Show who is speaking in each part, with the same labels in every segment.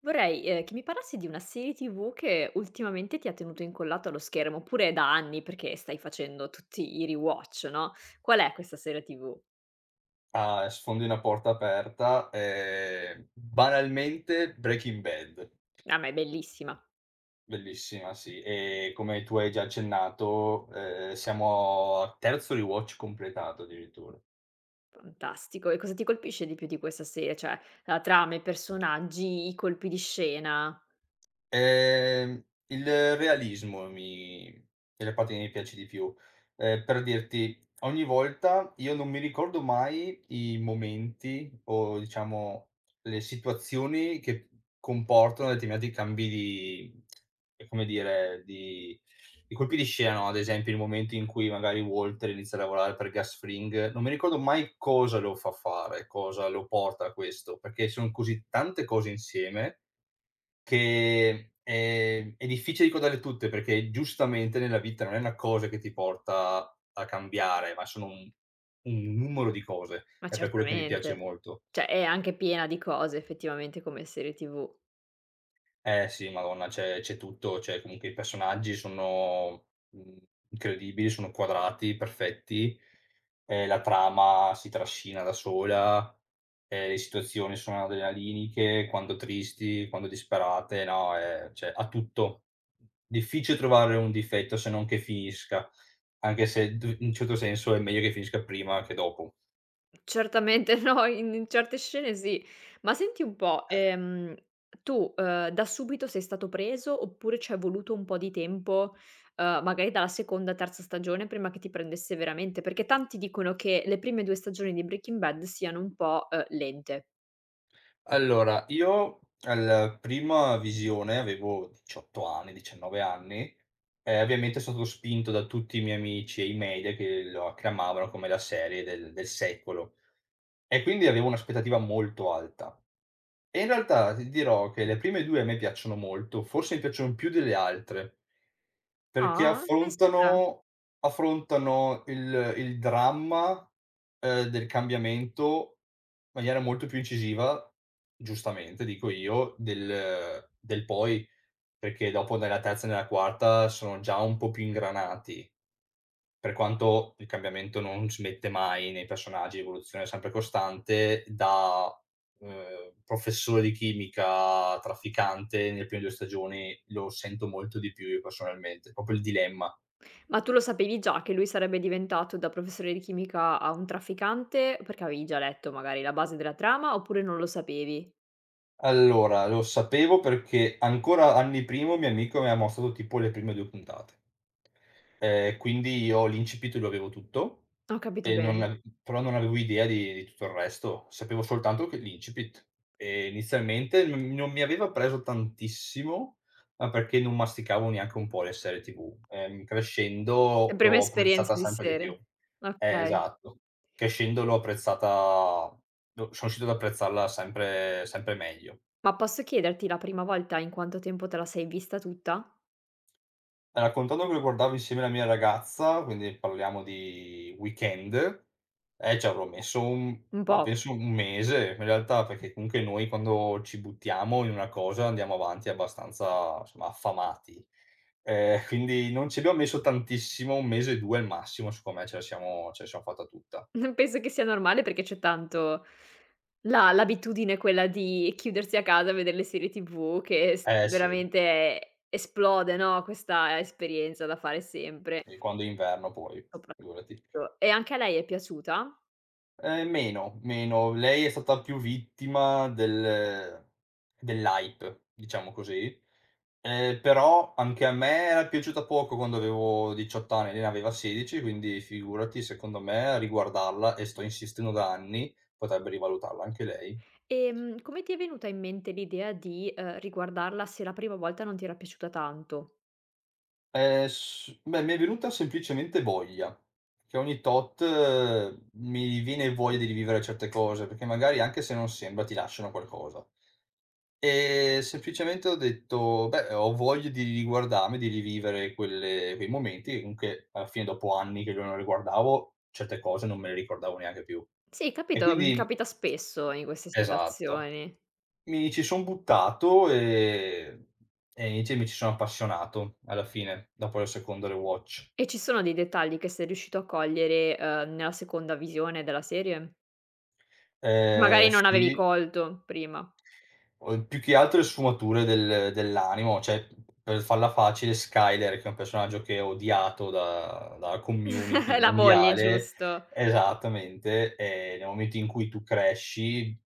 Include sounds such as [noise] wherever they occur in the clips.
Speaker 1: Vorrei, che mi parlassi di una serie TV che ultimamente ti ha tenuto incollato allo schermo, oppure da anni, perché stai facendo tutti i rewatch, no, qual è questa serie TV?
Speaker 2: Ah, sfondi una porta aperta, banalmente Breaking Bad.
Speaker 1: Ah, ma è bellissima.
Speaker 2: Bellissima, sì. E come tu hai già accennato, siamo al terzo rewatch completato addirittura.
Speaker 1: Fantastico. E cosa ti colpisce di più di questa serie? Cioè, la trama, i personaggi, i colpi di scena?
Speaker 2: Ehm, il realismo mi è la parte che mi piace di più. Per dirti, ogni volta io non mi ricordo mai i momenti o diciamo le situazioni che comportano determinati cambi di come dire, di colpi di scena, no, ad esempio il momento in cui magari Walter inizia a lavorare per Gus Fring, non mi ricordo mai cosa lo fa fare, cosa lo porta a questo, perché son così tante cose insieme che, è difficile ricordarle tutte perché giustamente nella vita non è una cosa che ti porta a cambiare, ma sono un numero di cose.
Speaker 1: Ma
Speaker 2: È per quello che mi piace
Speaker 1: certamente.
Speaker 2: molto.
Speaker 1: Cioè, è anche piena di cose effettivamente come serie TV.
Speaker 2: Eh sì, madonna, c'è tutto, cioè comunque i personaggi sono, mhmm, incredibili, sono quadrati, perfetti, la trama si trascina da sola, le situazioni sono adrenaliniche, quando tristi, quando disperate, no, cioè ha tutto. Difficile trovare un difetto se non che finisca, anche se d in un certo senso è meglio che finisca prima che dopo,
Speaker 1: Certamente [laughs] no, in certe scene sì. Ma senti un po',
Speaker 2: eh.
Speaker 1: tu, da subito sei stato preso oppure c'è voluto un po' di tempo, magari dalla seconda, terza stagione prima che ti prendesse veramente? Perché tanti dicono che le prime due stagioni di Breaking Bad siano un po', lente.
Speaker 2: Allora, io al prima visione avevo 18 anni, 19 anni, e ovviamente sono stato spinto da tutti i miei amici e i media che lo acclamavano come la serie del secolo e quindi avevo un'aspettativa molto alta. E in realtà ti dirò che le prime 2 a me piacciono molto, forse mi piacciono più delle altre, perché
Speaker 1: Ah, pensa te.
Speaker 2: affrontano il dramma, del cambiamento in maniera molto più incisiva, giustamente dico io, del poi, perché dopo nella terza e nella quarta sono già un po' più ingranati. Per quanto il cambiamento non smette mai nei personaggi, l'evoluzione è sempre costante, da, professore di chimica a trafficante nelle prime 2 stagioni lo sento molto di più io personalmente, proprio il dilemma.
Speaker 1: Ma tu lo sapevi già che lui sarebbe diventato da professore di chimica a un trafficante, perché avevi già letto magari la base della trama, oppure non lo sapevi?
Speaker 2: Allora, lo sapevo perché ancora anni prima un mio amico mi aveva mostrato tipo le prime 2 puntate. Quindi io l'incipit lo avevo tutto
Speaker 1: Ho capito
Speaker 2: e non
Speaker 1: bene.
Speaker 2: ave però non avevo idea di tutto il resto, sapevo soltanto che l'incipit. E inizialmente non mi aveva preso tantissimo, ma perché non masticavo neanche un po' le serie TV.
Speaker 1: E
Speaker 2: Crescendo
Speaker 1: breve
Speaker 2: l'ho
Speaker 1: esperienza
Speaker 2: apprezzata
Speaker 1: di
Speaker 2: sempre di più.
Speaker 1: serie. Okay.
Speaker 2: Esatto. Crescendo l'ho apprezzata lo sono riuscito ad apprezzarla sempre meglio.
Speaker 1: Ma posso chiederti la prima volta in quanto tempo te la sei vista tutta?
Speaker 2: Raccontando che lo guardavo insieme alla mia ragazza, quindi parliamo di weekend, ci avrò messo un
Speaker 1: Un
Speaker 2: ma
Speaker 1: po'.
Speaker 2: penso un
Speaker 1: [laughs]
Speaker 2: mese, in realtà, perché comunque noi quando ci buttiamo in una cosa andiamo avanti abbastanza, insomma, affamati. Quindi non ci abbiamo messo tantissimo, 1 mese, 2 al massimo, secondo me ce la siamo fatta tutta.
Speaker 1: N Penso che sia normale perché c'è tanto la l'abitudine quella di chiudersi a casa a vedere le serie TV che s
Speaker 2: Eh sì,
Speaker 1: veramente esplode, no, questa esperienza da fare sempre,
Speaker 2: e quando è inverno poi, figurati.
Speaker 1: soprattutto. E anche a lei è piaciuta?
Speaker 2: Meno, meno. Lei è stata più vittima dell'hype, diciamo così. Però anche a me era piaciuta poco quando avevo 18 anni, lei ne aveva 16, quindi figurati secondo me a riguardarla, e sto insistendo da anni, potrebbe rivalutarla anche lei.
Speaker 1: Come ti è venuta in mente l'idea di, riguardarla se la prima volta non ti era piaciuta tanto?
Speaker 2: S Beh, mi è venuta semplicemente voglia, che ogni tot mi viene voglia di rivivere certe cose, perché magari anche se non sembra ti lasciano qualcosa. Semplicemente ho detto: "Beh, ho voglia di riguardarmi, di rivivere quelle quei momenti", che comunque alla fine dopo anni che io non le guardavo, certe cose non me le ricordavo neanche più.
Speaker 1: Sì,
Speaker 2: E
Speaker 1: capito, mhmm,
Speaker 2: quindi
Speaker 1: capita spesso in queste
Speaker 2: esatto.
Speaker 1: situazioni.
Speaker 2: Mi ci son buttato, e invece mi ci sono appassionato alla fine, dopo la seconda rewatch.
Speaker 1: E ci sono dei dettagli che sei riuscito a cogliere, nella seconda visione della serie? Magari non avevi
Speaker 2: Sì.
Speaker 1: colto prima.
Speaker 2: Più che altro le sfumature dell'animo, cioè, per farla facile, Skyler, che è un personaggio che è odiato da dalla community
Speaker 1: [laughs] La moglie,
Speaker 2: mondiale
Speaker 1: giusto.
Speaker 2: esattamente, nel momento in cui tu cresci,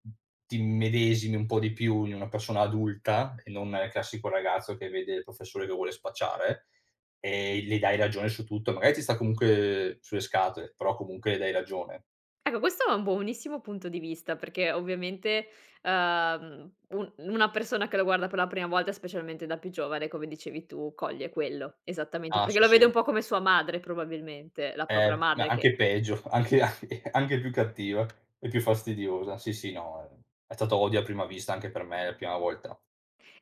Speaker 2: ti immedesimi un po' di più in una persona adulta e non nel classico ragazzo che vede il professore che vuole spacciare, e gli dai ragione su tutto. Magari ti sta comunque sulle scatole, però comunque le dai ragione.
Speaker 1: Ecco, questo è un buonissimo punto di vista perché ovviamente, un una persona che lo guarda per la prima volta, specialmente da più giovane, come dicevi tu, coglie quello, esattamente,
Speaker 2: Ah,
Speaker 1: perché
Speaker 2: sì,
Speaker 1: lo vede
Speaker 2: sì.
Speaker 1: un po' come sua madre probabilmente, la propria
Speaker 2: Ma
Speaker 1: madre
Speaker 2: anche
Speaker 1: che...
Speaker 2: peggio, [laughs] anche più cattiva e più fastidiosa. Sì, sì, no, è stato odio a prima vista anche per me la prima volta.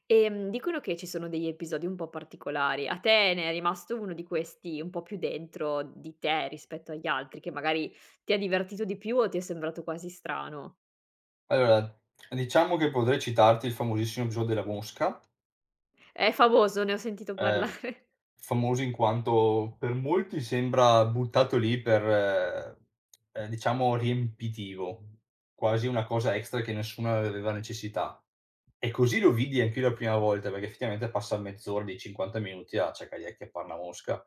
Speaker 1: Dicono che ci sono degli episodi un po' particolari. A te ne è rimasto uno di questi un po' più dentro di te rispetto agli altri, che magari ti ha divertito di più o ti è sembrato quasi strano?
Speaker 2: Allora, diciamo che potrei citarti il famosissimo episodio della mosca,
Speaker 1: È famoso, ne ho sentito
Speaker 2: ehm
Speaker 1: parlare.
Speaker 2: famoso in quanto per molti sembra buttato lì per, diciamo riempitivo, quasi una cosa extra che nessuno aveva necessità. E così lo vidi anch'io la prima volta, perché effettivamente passa mezz'ora di 50 minuti a cercare di acchiappar la mosca.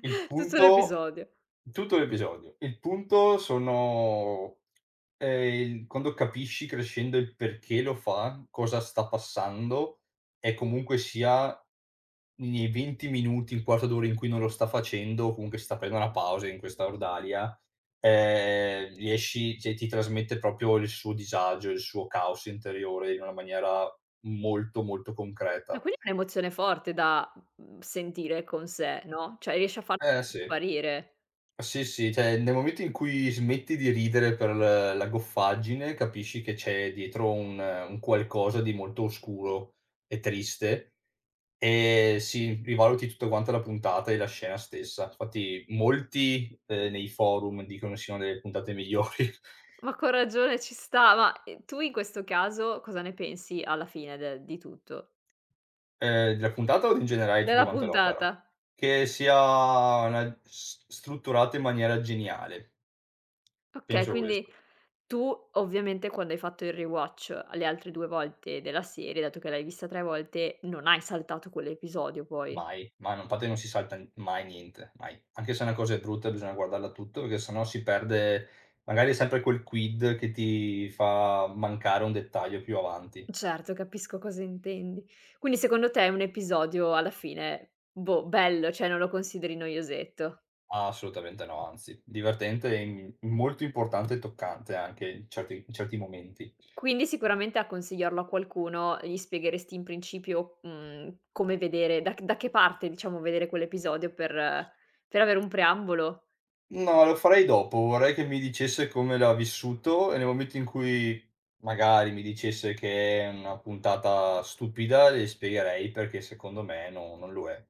Speaker 2: Il
Speaker 1: Tutto
Speaker 2: punto
Speaker 1: l'episodio.
Speaker 2: Tutto l'episodio. Il punto sono ehm, il Quando capisci crescendo il perché lo fa, cosa sta passando e comunque sia, nei 20 minuti, un quarto d'ora in cui non lo sta facendo, o comunque si sta prendendo una pausa in questa ordalia, riesci ti trasmette proprio il suo disagio, il suo caos interiore in una maniera molto, molto
Speaker 1: Ma
Speaker 2: concreta.
Speaker 1: quindi è un'emozione forte da, mhmm, sentire con sé, no, cioè riesci a farla
Speaker 2: Eh sì.
Speaker 1: trasparire.
Speaker 2: Sì, sì, cioè nel momento in cui smetti di ridere per l la goffaggine, capisci che c'è dietro un qualcosa di molto oscuro e triste. Sì, rivaluti tutto quanto la puntata e la scena stessa. Infatti molti, nei forum dicono siano delle puntate migliori. [laughs]
Speaker 1: Ma coraggiola, ci sta. Ma, tu in questo caso cosa ne pensi alla fine de di tutto?
Speaker 2: Della puntata o in generale tutto
Speaker 1: Della
Speaker 2: quanto l'opera.
Speaker 1: puntata?
Speaker 2: Che sia una s strutturata in maniera geniale,
Speaker 1: Okay,
Speaker 2: penso
Speaker 1: quindi...
Speaker 2: questo.
Speaker 1: Tu ovviamente quando hai fatto il rewatch le altre due volte della serie, dato che l'hai vista tre volte, non hai saltato quell'episodio poi.
Speaker 2: Mai, ma non infatti non si salta n mai niente, mai. Anche se una cosa è brutta bisogna guardarla tutto, perché se no si perde magari sempre quel quid che ti fa mancare un dettaglio più avanti.
Speaker 1: Certo, capisco cosa intendi. Quindi secondo te è un episodio alla fine, boh, bello, cioè non lo consideri noiosetto.
Speaker 2: Ah, assolutamente no, anzi, divertente e m molto importante e toccante anche in certi momenti.
Speaker 1: Quindi sicuramente a consigliarlo a qualcuno gli spiegheresti in principio, mhmm, come vedere da che parte diciamo vedere quell'episodio per avere un preambolo?
Speaker 2: No, lo farei dopo, vorrei che mi dicesse come l'ha vissuto e nel momento in cui magari mi dicesse che è una puntata stupida, le spiegherei perché secondo me non lo è.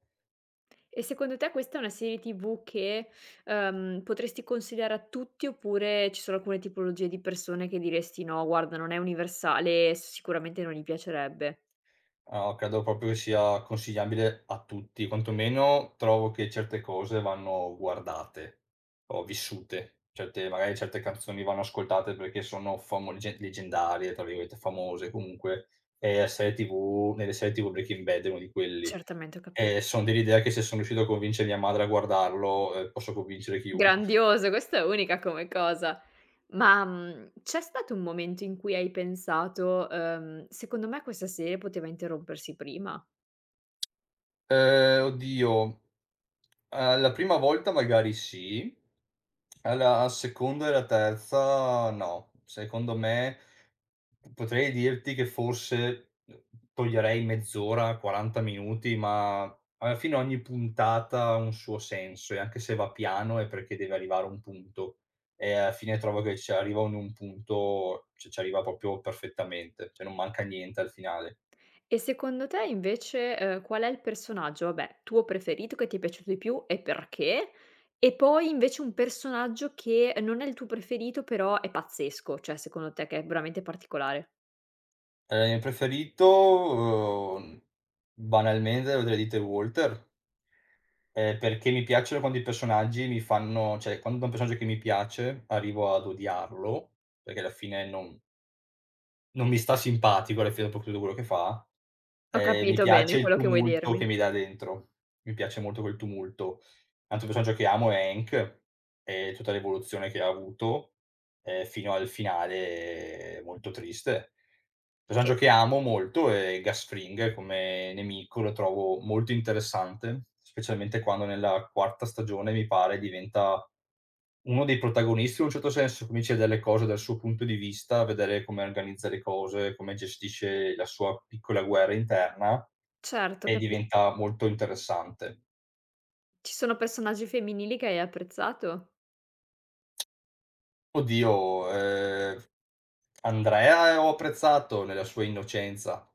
Speaker 1: E secondo te questa è una serie TV che, potresti consigliare a tutti oppure ci sono alcune tipologie di persone che diresti: "No, guarda, non è universale, sicuramente non gli piacerebbe"?
Speaker 2: Ah, o Credo proprio che sia consigliabile a tutti, quantomeno trovo che certe cose vanno guardate o vissute. Certe magari certe canzoni vanno ascoltate perché sono famo legge leggendarie, tra virgolette, "famose" comunque, e a serie TV nelle serie TV Breaking Bad è uno di quelli.
Speaker 1: Certamente, ho
Speaker 2: E
Speaker 1: capito.
Speaker 2: son dell'idea che se son riuscito a convincere mia madre a guardarlo, posso convincere chiunque.
Speaker 1: Grandioso, questa è unica come cosa. Ma, mhmm, c'è stato un momento in cui hai pensato: secondo me questa serie poteva interrompersi prima"?
Speaker 2: Oddio, la prima volta magari sì, alla seconda e la terza no. Secondo me, potrei dirti che forse, toglierei mezz'ora, 40 minuti, ma alla fine ogni puntata ha un suo senso e anche se va piano è perché deve arrivare a un punto e alla fine trovo che ci arriva in un punto ci arriva proprio perfettamente, cioè non manca niente al finale.
Speaker 1: E secondo te invece, qual è il personaggio, vabbè, tuo preferito che ti è piaciuto di più e perché? E poi invece un personaggio che non è il tuo preferito, però è pazzesco, cioè secondo te che è veramente particolare.
Speaker 2: Preferito, banalmente lo direi di The Walter. Perché mi piacciono quando i personaggi mi fanno cioè quando un personaggio che mi piace arrivo ad odiarlo, perché alla fine non mi sta simpatico alla fine dopo tutto quello che fa,
Speaker 1: Ho
Speaker 2: mi
Speaker 1: capito bene
Speaker 2: piace il
Speaker 1: quello che vuoi
Speaker 2: tumulto che
Speaker 1: dirmi.
Speaker 2: mi dà dentro. Mi piace molto quel tumulto. Un Altro personaggio che amo è Hank e tutta l'evoluzione che ha avuto, fino al finale molto triste. Personaggio
Speaker 1: Che
Speaker 2: che amo molto è Gasfring come nemico, lo trovo molto interessante, specialmente quando nella quarta stagione, mi pare, diventa uno dei protagonisti in un certo senso, cominci a vedere le cose dal suo punto di vista, a vedere come organizza le cose, come gestisce la sua piccola guerra interna
Speaker 1: certo, ho
Speaker 2: e
Speaker 1: capi
Speaker 2: diventa molto interessante.
Speaker 1: ci sono personaggi femminili che hai apprezzato?
Speaker 2: Oddio, Andrea ho apprezzato nella sua innocenza.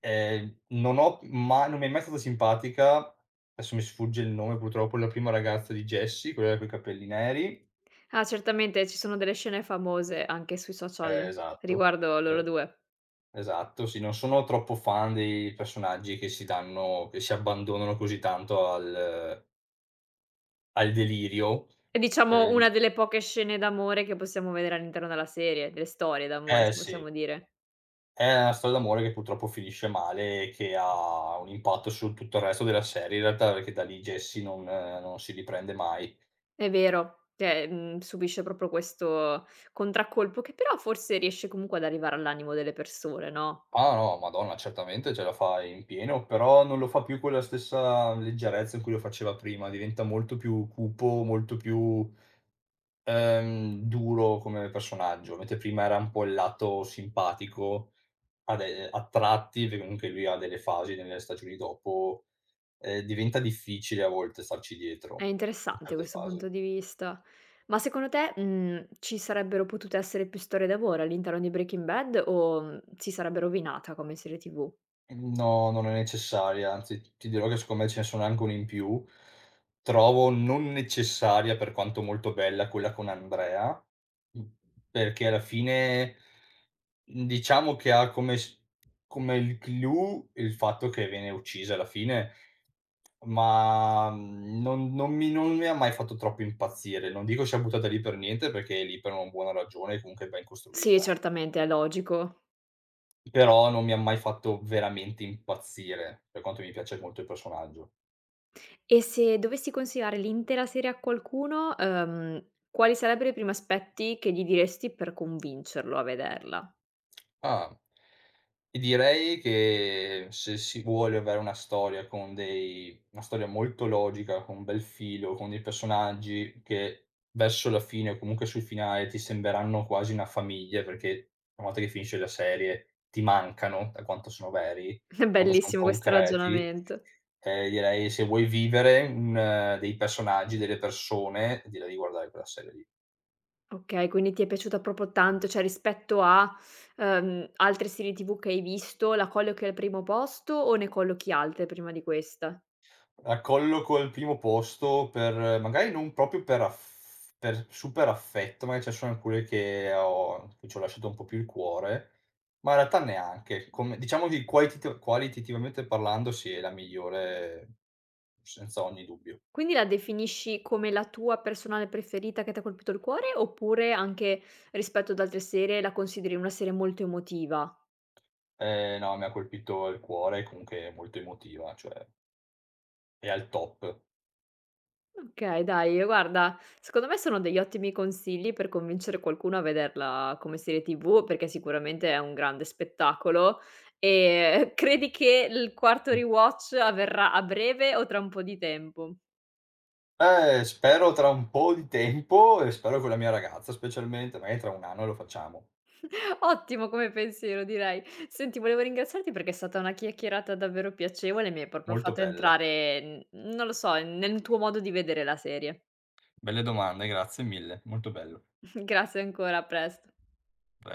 Speaker 2: Non ho ma Non mi è mai stata simpatica, adesso mi sfugge il nome purtroppo, la prima ragazza di Jessie, quella coi capelli neri.
Speaker 1: Ah, certamente ci sono delle scene famose anche sui
Speaker 2: Eh,
Speaker 1: social
Speaker 2: esatto,
Speaker 1: riguardo loro
Speaker 2: es
Speaker 1: due.
Speaker 2: esatto, sì, non sono troppo fan dei personaggi che si abbandonano così tanto al delirio.
Speaker 1: È diciamo
Speaker 2: Ehm
Speaker 1: una delle poche scene d'amore che possiamo vedere all'interno della serie, delle storie d'amore, se
Speaker 2: eh sì,
Speaker 1: possiamo dire.
Speaker 2: è una storia d'amore che purtroppo finisce male e che ha un impatto su tutto il resto della serie in realtà, perché da lì Jessie non si riprende mai.
Speaker 1: È vero, cioè, mhmm, subisce proprio questo contraccolpo che però forse riesce comunque ad arrivare all'animo delle persone, no,
Speaker 2: Ah no, madonna, certamente ce la fa in pieno, però non lo fa più con la stessa leggerezza in cui lo faceva prima, diventa molto più cupo, molto più, duro come personaggio, mentre prima era un po' il lato simpatico, ade a tratti, perché comunque lui ha delle fasi nelle stagioni dopo, diventa difficile a volte starci
Speaker 1: è
Speaker 2: dietro, in
Speaker 1: interessante
Speaker 2: certe
Speaker 1: questo
Speaker 2: fasi.
Speaker 1: punto di vista. Ma secondo te, mhmm, ci sarebbero potute essere più storie d'amore all'interno di Breaking Bad o, mhmm, si sarebbe rovinata come serie TV?
Speaker 2: No, non è necessaria, anzi ti dirò che secondo me ce ne sono anche una in più. Trovo non necessaria, per quanto molto bella, quella con Andrea, mh, perché alla fine diciamo che ha come il clou il fatto che viene uccisa alla fine, ma, mhmm, non mi ha mai fatto troppo impazzire. Non dico sia buttata lì per niente, perché è lì per una buona ragione e comunque ben
Speaker 1: Sì,
Speaker 2: costruita.
Speaker 1: certamente, è logico.
Speaker 2: Però non mi ha mai fatto veramente impazzire, per quanto mi piace molto il personaggio.
Speaker 1: E se dovessi consigliare l'intera serie a qualcuno, quali sarebbero i primi aspetti che gli diresti per convincerlo a vederla?
Speaker 2: Ah. Ti direi che se si vuole avere una storia molto logica, con un bel filo, con dei personaggi che verso la fine o comunque sul finale ti sembreranno quasi una famiglia, perché una volta che finisce la serie ti mancano da quanto sono veri,
Speaker 1: [laughs] È
Speaker 2: quanto son
Speaker 1: bellissimo questo
Speaker 2: concreti,
Speaker 1: ragionamento.
Speaker 2: direi se vuoi vivere un dei personaggi, delle persone, direi di guardare quella serie lì.
Speaker 1: Okay, quindi ti è piaciuta proprio tanto, cioè rispetto a, altre serie TV che hai visto, la collochi al primo posto o ne collochi altre prima di questa?
Speaker 2: La colloco al primo posto per magari non proprio per aff per super affetto, magari ce ne sono alcune che ci ho lasciato un po' più il cuore, ma in realtà neanche. Come Diciamo che qualitita qualitativamente parlando sì, è la migliore senza ogni dubbio.
Speaker 1: Quindi la definisci come la tua personale preferita che t'ha colpito il cuore, oppure anche rispetto ad altre serie la consideri una serie molto emotiva?
Speaker 2: No, mi ha colpito il cuore, comunque è molto emotiva, cioè è al top.
Speaker 1: Okay, dai, guarda, secondo me sono degli ottimi consigli per convincere qualcuno a vederla come serie TV, perché sicuramente è un grande spettacolo. E [laughs] credi che il quarto
Speaker 2: Mh.
Speaker 1: rewatch avverrà a breve o tra un po' di tempo?
Speaker 2: Spero tra un po' di tempo e spero con la mia ragazza specialmente, magari tra 1 anno lo facciamo.
Speaker 1: Ottimo come pensiero direi. Senti, volevo ringraziarti perché è stata una chiacchierata davvero piacevole, mi hai proprio
Speaker 2: Molto
Speaker 1: fatto
Speaker 2: bella.
Speaker 1: entrare, n non lo so, nel tuo modo di vedere la serie.
Speaker 2: Belle domande, grazie mille, molto bello.
Speaker 1: [laughs] Grazie ancora, a presto.
Speaker 2: A presto.